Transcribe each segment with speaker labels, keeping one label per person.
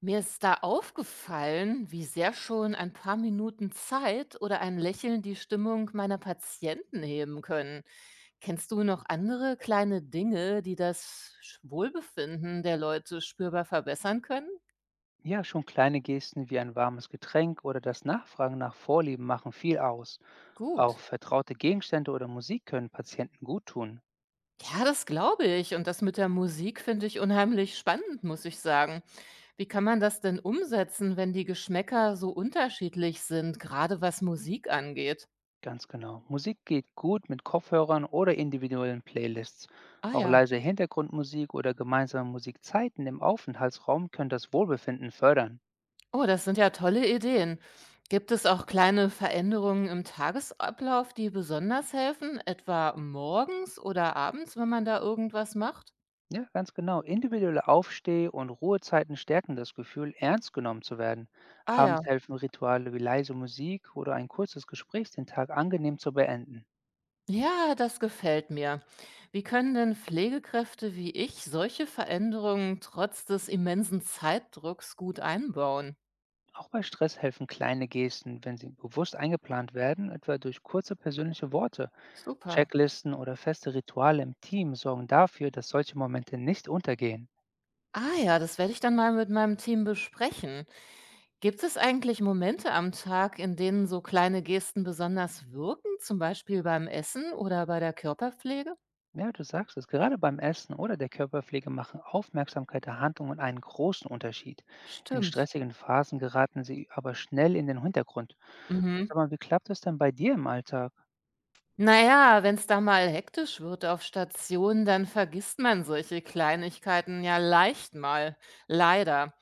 Speaker 1: Mir ist da aufgefallen, wie sehr schon ein paar Minuten Zeit oder ein Lächeln die Stimmung meiner Patienten heben können. Kennst du noch andere kleine Dinge, die das Wohlbefinden der Leute spürbar verbessern können?
Speaker 2: Ja, schon kleine Gesten wie ein warmes Getränk oder das Nachfragen nach Vorlieben machen viel aus. Auch
Speaker 1: Gut.
Speaker 2: vertraute Gegenstände oder Musik können Patienten gut tun.
Speaker 1: Ja, das glaube ich. Und das mit der Musik finde ich unheimlich spannend, muss ich sagen. Wie kann man das denn umsetzen, wenn die Geschmäcker so unterschiedlich sind, gerade was Musik angeht?
Speaker 2: Ganz genau. Musik geht gut mit Kopfhörern oder individuellen Playlists.
Speaker 1: Ah
Speaker 2: Auch
Speaker 1: ja.
Speaker 2: leise Hintergrundmusik oder gemeinsame Musikzeiten im Aufenthaltsraum können das Wohlbefinden fördern.
Speaker 1: Oh, das sind ja tolle Ideen. Gibt es auch kleine Veränderungen im Tagesablauf, die besonders helfen, etwa morgens oder abends, wenn man da irgendwas macht?
Speaker 2: Ja, ganz genau. Individuelle Aufsteh- und Ruhezeiten stärken das Gefühl, ernst genommen zu werden.
Speaker 1: Ah ja,
Speaker 2: Abends helfen Rituale wie leise Musik oder ein kurzes Gespräch, den Tag angenehm zu beenden.
Speaker 1: ja, das gefällt mir. Wie können denn Pflegekräfte wie ich solche Veränderungen trotz des immensen Zeitdrucks gut einbauen?
Speaker 2: Auch bei Stress helfen kleine Gesten, wenn sie bewusst eingeplant werden, etwa durch kurze persönliche Worte.
Speaker 1: Super.
Speaker 2: Checklisten oder feste Rituale im Team sorgen dafür, dass solche Momente nicht untergehen.
Speaker 1: Ah ja, das werde ich dann mal mit meinem Team besprechen. Gibt es eigentlich Momente am Tag, in denen so kleine Gesten besonders wirken, zum Beispiel beim Essen oder bei der Körperpflege?
Speaker 2: Ja, du sagst es, gerade beim Essen oder der Körperpflege machen Aufmerksamkeit der Handlungen einen großen Unterschied. In
Speaker 1: Stimmt.
Speaker 2: stressigen Phasen geraten sie aber schnell in den Hintergrund.
Speaker 1: Mhm.
Speaker 2: Sag mal, wie klappt das denn bei dir im Alltag?
Speaker 1: Naja, wenn es da mal hektisch wird auf Station, dann vergisst man solche Kleinigkeiten ja leicht mal. Leider.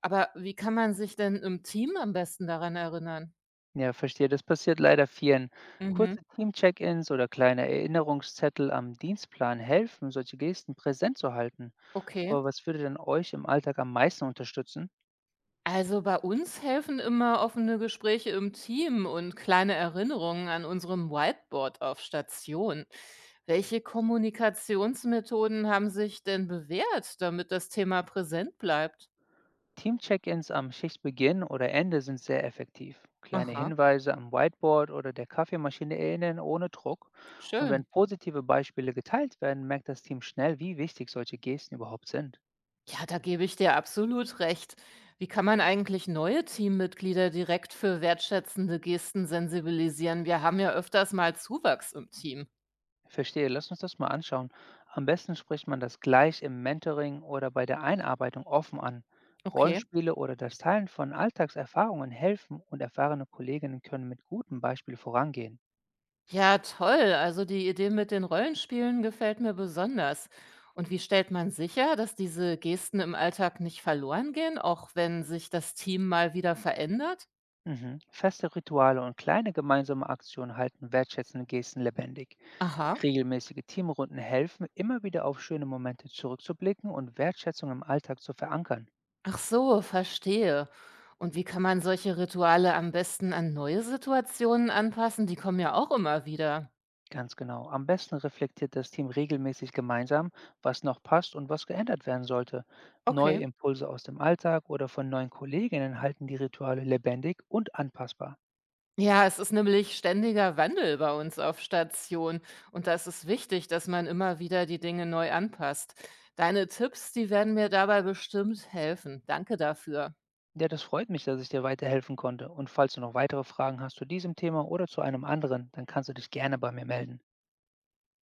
Speaker 1: Aber wie kann man sich denn im Team am besten daran erinnern?
Speaker 2: Ja, verstehe. Das passiert leider vielen.
Speaker 1: Mhm.
Speaker 2: Kurze Team-Check-ins oder kleine Erinnerungszettel am Dienstplan helfen, solche Gesten präsent zu halten.
Speaker 1: Okay.
Speaker 2: Aber was würde denn euch im Alltag am meisten unterstützen?
Speaker 1: Also bei uns helfen immer offene Gespräche im Team und kleine Erinnerungen an unserem Whiteboard auf Station. Welche Kommunikationsmethoden haben sich denn bewährt, damit das Thema präsent bleibt?
Speaker 2: Team-Check-ins am Schichtbeginn oder Ende sind sehr effektiv. Kleine
Speaker 1: Aha,
Speaker 2: Hinweise am Whiteboard oder der Kaffeemaschine erinnern ohne Druck. Und wenn
Speaker 1: schön.
Speaker 2: positive Beispiele geteilt werden, merkt das Team schnell, wie wichtig solche Gesten überhaupt sind.
Speaker 1: Ja, da gebe ich dir absolut recht. Wie kann man eigentlich neue Teammitglieder direkt für wertschätzende Gesten sensibilisieren? Wir haben ja öfters mal Zuwachs im Team.
Speaker 2: Verstehe, lass uns das mal anschauen. Am besten spricht man das gleich im Mentoring oder bei der Einarbeitung offen an.
Speaker 1: Okay.
Speaker 2: Rollenspiele oder das Teilen von Alltagserfahrungen helfen, und erfahrene Kolleginnen können mit gutem Beispiel vorangehen.
Speaker 1: Ja, toll. Also die Idee mit den Rollenspielen gefällt mir besonders. Und wie stellt man sicher, dass diese Gesten im Alltag nicht verloren gehen, auch wenn sich das Team mal wieder verändert?
Speaker 2: Mhm. Feste Rituale und kleine gemeinsame Aktionen halten wertschätzende Gesten lebendig.
Speaker 1: Aha.
Speaker 2: Regelmäßige Teamrunden helfen, immer wieder auf schöne Momente zurückzublicken und Wertschätzung im Alltag zu verankern.
Speaker 1: Ach so, verstehe. Und wie kann man solche Rituale am besten an neue Situationen anpassen? Die kommen ja auch immer wieder.
Speaker 2: Ganz genau. Am besten reflektiert das Team regelmäßig gemeinsam, was noch passt und was geändert werden sollte. Neue
Speaker 1: Okay.
Speaker 2: Impulse aus dem Alltag oder von neuen Kolleginnen halten die Rituale lebendig und anpassbar.
Speaker 1: Ja, es ist nämlich ständiger Wandel bei uns auf Station und das ist wichtig, dass man immer wieder die Dinge neu anpasst. Deine Tipps, die werden mir dabei bestimmt helfen. Danke dafür.
Speaker 2: Ja, das freut mich, dass ich dir weiterhelfen konnte. Und falls du noch weitere Fragen hast zu diesem Thema oder zu einem anderen, dann kannst du dich gerne bei mir melden.